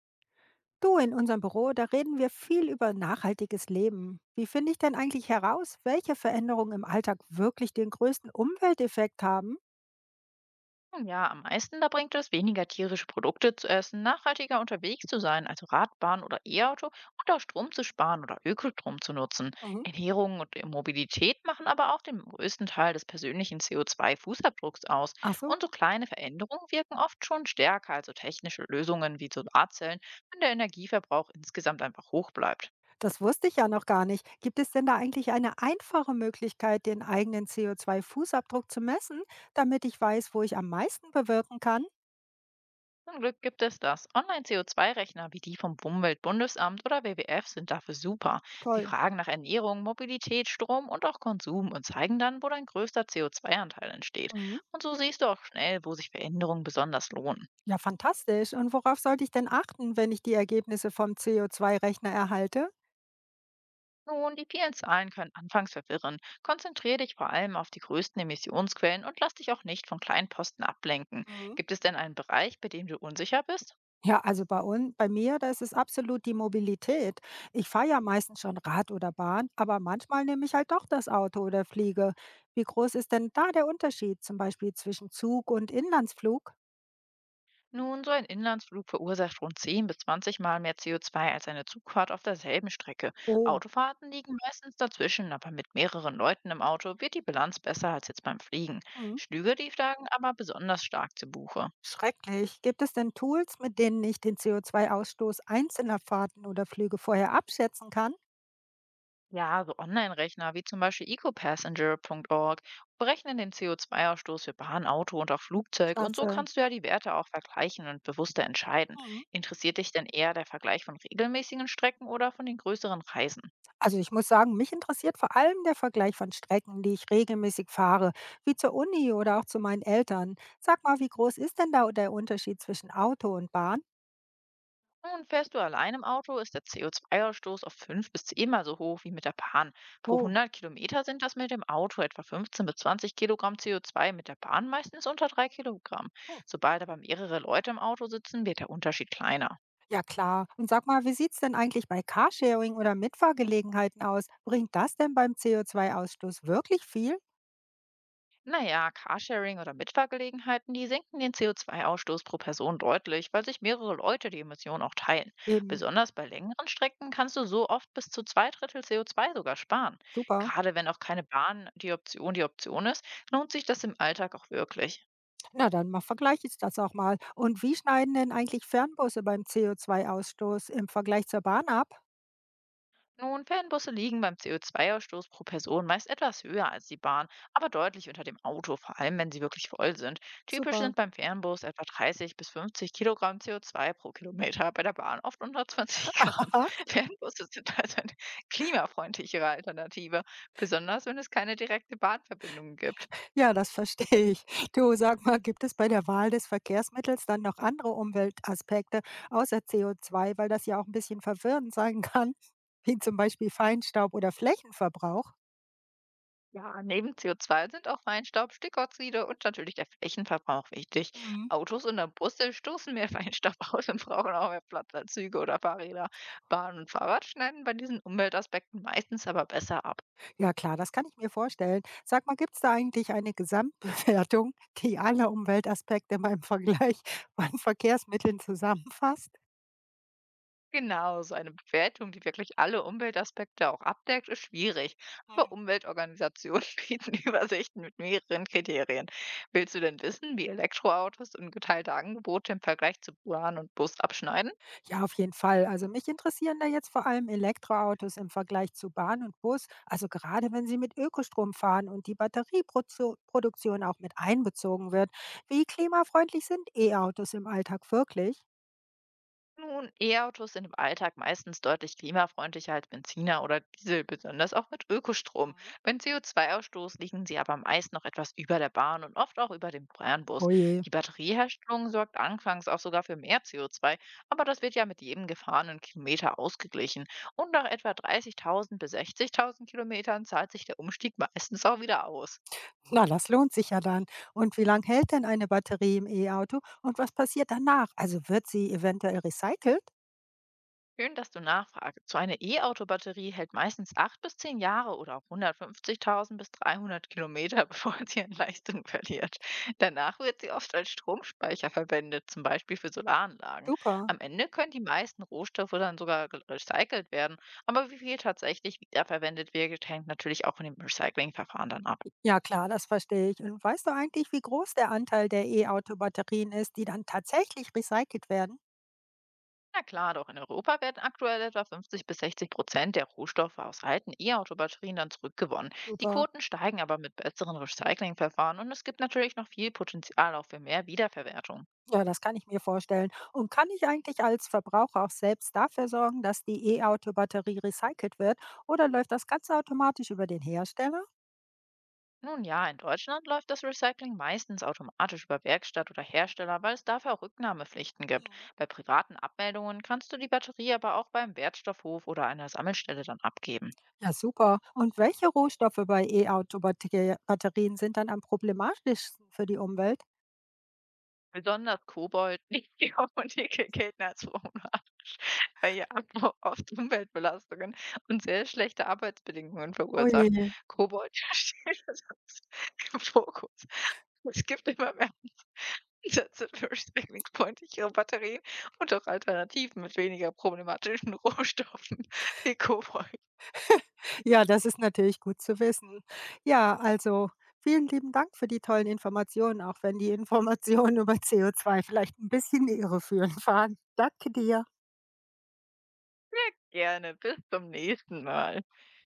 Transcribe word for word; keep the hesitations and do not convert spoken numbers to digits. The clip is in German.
Du, in unserem Büro, da reden wir viel über nachhaltiges Leben. Wie finde ich denn eigentlich heraus, welche Veränderungen im Alltag wirklich den größten Umwelteffekt haben? Ja, am meisten, da bringt es, weniger tierische Produkte zu essen, nachhaltiger unterwegs zu sein, also Radbahn oder E-Auto und auch Strom zu sparen oder Ökostrom zu nutzen. Mhm. Ernährung und Mobilität machen aber auch den größten Teil des persönlichen C O zwei Fußabdrucks aus. Ach so, Und so kleine Veränderungen wirken oft schon stärker, also technische Lösungen wie Solarzellen, wenn der Energieverbrauch insgesamt einfach hoch bleibt. das wusste ich ja noch gar nicht. Gibt es denn da eigentlich eine einfache Möglichkeit, den eigenen C O zwei Fußabdruck zu messen, damit ich weiß, wo ich am meisten bewirken kann? Zum Glück gibt es das. Online-C O zwei Rechner wie die vom Umweltbundesamt oder W W F sind dafür super. Sie Toll. fragen nach Ernährung, Mobilität, Strom und auch Konsum und zeigen dann, wo dein größter C O zwei Anteil entsteht. Mhm. Und so siehst du auch schnell, wo sich Veränderungen besonders lohnen. Ja, fantastisch. Und worauf sollte ich denn achten, wenn ich die Ergebnisse vom C O zwei Rechner erhalte? Nun, die vielen Zahlen können anfangs verwirren. Konzentriere dich vor allem auf die größten Emissionsquellen und lass dich auch nicht von kleinen Posten ablenken. Mhm. Gibt es denn einen Bereich, bei dem du unsicher bist? Ja, also bei uns, bei mir, da ist es absolut die Mobilität. Ich fahre ja meistens schon Rad oder Bahn, aber manchmal nehme ich halt doch das Auto oder fliege. Wie groß ist denn da der Unterschied zum Beispiel zwischen Zug und Inlandsflug? Nun, so ein Inlandsflug verursacht rund zehn bis zwanzig Mal mehr C O zwei als eine Zugfahrt auf derselben Strecke. Oh, Autofahrten liegen meistens dazwischen, aber mit mehreren Leuten im Auto wird die Bilanz besser als jetzt beim Fliegen. hm, Flüge, die schlagen aber besonders stark zu Buche. schrecklich. Gibt es denn Tools, mit denen ich den C O zwei Ausstoß einzelner Fahrten oder Flüge vorher abschätzen kann? Ja, so Online-Rechner wie zum Beispiel ecopassenger Punkt org berechnen den C O zwei Ausstoß für Bahn, Auto und auch Flugzeug, und so Klasse. kannst du ja die Werte auch vergleichen und bewusster entscheiden. Hm. Interessiert dich denn eher der Vergleich von regelmäßigen Strecken oder von den größeren Reisen? Also ich muss sagen, mich interessiert vor allem der Vergleich von Strecken, die ich regelmäßig fahre, wie zur Uni oder auch zu meinen Eltern. Sag mal, wie groß ist denn da der Unterschied zwischen Auto und Bahn? Nun, fährst du allein im Auto, ist der C O zwei Ausstoß auf fünf bis zehn so hoch wie mit der Bahn. Pro Oh, hundert Kilometer sind das mit dem Auto etwa fünfzehn bis zwanzig Kilogramm C O zwei, mit der Bahn meistens unter drei Kilogramm. oh, Sobald aber mehrere Leute im Auto sitzen, wird der Unterschied kleiner. ja klar. Und sag mal, wie sieht es denn eigentlich bei Carsharing oder Mitfahrgelegenheiten aus? Bringt das denn beim C O zwei Ausstoß wirklich viel? Naja, Carsharing oder Mitfahrgelegenheiten, die senken den C O zwei Ausstoß pro Person deutlich, weil sich mehrere Leute die Emissionen auch teilen. Eben, Besonders bei längeren Strecken kannst du so oft bis zu zwei Drittel C O zwei sogar sparen. super. Gerade wenn auch keine Bahn die Option die Option ist, lohnt sich das im Alltag auch wirklich. Na dann mal vergleiche ich das auch mal. Und wie schneiden denn eigentlich Fernbusse beim C O zwei Ausstoß im Vergleich zur Bahn ab? Nun, Fernbusse liegen beim C O zwei Ausstoß pro Person meist etwas höher als die Bahn, aber deutlich unter dem Auto, vor allem wenn sie wirklich voll sind. Typisch Super. sind beim Fernbus etwa dreißig bis fünfzig Kilogramm C O zwei pro Kilometer, bei der Bahn oft hundertzwanzig Gramm. Fernbusse sind also eine klimafreundlichere Alternative, besonders wenn es keine direkte Bahnverbindung gibt. Ja, das verstehe ich. Du, sag mal, gibt es bei der Wahl des Verkehrsmittels dann noch andere Umweltaspekte außer C O zwei, weil das ja auch ein bisschen verwirrend sein kann, wie zum Beispiel Feinstaub oder Flächenverbrauch? Ja, neben C O zwei sind auch Feinstaub, Stickoxide und natürlich der Flächenverbrauch wichtig. Mhm. Autos und der Busse stoßen mehr Feinstaub aus und brauchen auch mehr Platz als Züge oder Fahrräder. Bahn und Fahrrad schneiden bei diesen Umweltaspekten meistens aber besser ab. Ja klar, das kann ich mir vorstellen. Sag mal, gibt's da eigentlich eine Gesamtbewertung, die alle Umweltaspekte beim Vergleich von Verkehrsmitteln zusammenfasst? Genau, so eine Bewertung, die wirklich alle Umweltaspekte auch abdeckt, ist schwierig. Aber Umweltorganisationen bieten Übersichten mit mehreren Kriterien. Willst du denn wissen, wie Elektroautos und geteilte Angebote im Vergleich zu Bahn und Bus abschneiden? Ja, auf jeden Fall. Also mich interessieren da jetzt vor allem Elektroautos im Vergleich zu Bahn und Bus. Also gerade wenn sie mit Ökostrom fahren und die Batterieproduktion auch mit einbezogen wird. Wie klimafreundlich sind E-Autos im Alltag wirklich? Nun, E-Autos sind im Alltag meistens deutlich klimafreundlicher als Benziner oder Diesel, besonders auch mit Ökostrom. Beim C O zwei Ausstoß liegen sie aber meist noch etwas über der Bahn und oft auch über dem Fernbus. Oh je, Die Batterieherstellung sorgt anfangs auch sogar für mehr C O zwei, aber das wird ja mit jedem gefahrenen Kilometer ausgeglichen. Und nach etwa dreißigtausend bis sechzigtausend Kilometern zahlt sich der Umstieg meistens auch wieder aus. na, das lohnt sich ja dann. Und wie lange hält denn eine Batterie im E-Auto und was passiert danach? Also wird sie eventuell recycelt? Schön, dass du nachfragst. So eine E-Auto-Batterie hält meistens acht bis zehn Jahre oder auch hundertfünfzigtausend bis dreihundert Kilometer, bevor sie an Leistung verliert. Danach wird sie oft als Stromspeicher verwendet, zum Beispiel für Solaranlagen. Super. Am Ende können die meisten Rohstoffe dann sogar ge- recycelt werden, aber wie viel tatsächlich wiederverwendet wird, hängt natürlich auch von dem Recyclingverfahren dann ab. Ja klar, das verstehe ich. Und weißt du eigentlich, wie groß der Anteil der E-Auto-Batterien ist, die dann tatsächlich recycelt werden? Na klar, doch in Europa werden aktuell etwa fünfzig bis sechzig Prozent der Rohstoffe aus alten E-Auto-Batterien dann zurückgewonnen. Die Super. Quoten steigen aber mit besseren Recyclingverfahren, und es gibt natürlich noch viel Potenzial auch für mehr Wiederverwertung. Ja, das kann ich mir vorstellen. Und kann ich eigentlich als Verbraucher auch selbst dafür sorgen, dass die E-Auto-Batterie recycelt wird, oder läuft das Ganze automatisch über den Hersteller? Nun ja, in Deutschland läuft das Recycling meistens automatisch über Werkstatt oder Hersteller, weil es dafür Rücknahmepflichten gibt. Mhm. Bei privaten Abmeldungen kannst du die Batterie aber auch beim Wertstoffhof oder einer Sammelstelle dann abgeben. Ja, super. Und welche Rohstoffe bei E-Auto-Batterien sind dann am problematischsten für die Umwelt? Besonders Kobold, nicht die und Dicke gelten als problematisch, weil ihr Abbau oft Umweltbelastungen und sehr schlechte Arbeitsbedingungen Oh verursacht. je. Kobold steht also im Fokus. Es gibt immer mehr Ansätze für recyclingfreundlichere Batterien und auch Alternativen mit weniger problematischen Rohstoffen wie Kobold. Ja, das ist natürlich gut zu wissen. Ja, also vielen lieben Dank für die tollen Informationen, auch wenn die Informationen über C O zwei vielleicht ein bisschen irreführend waren. Danke dir. Gerne, bis zum nächsten Mal.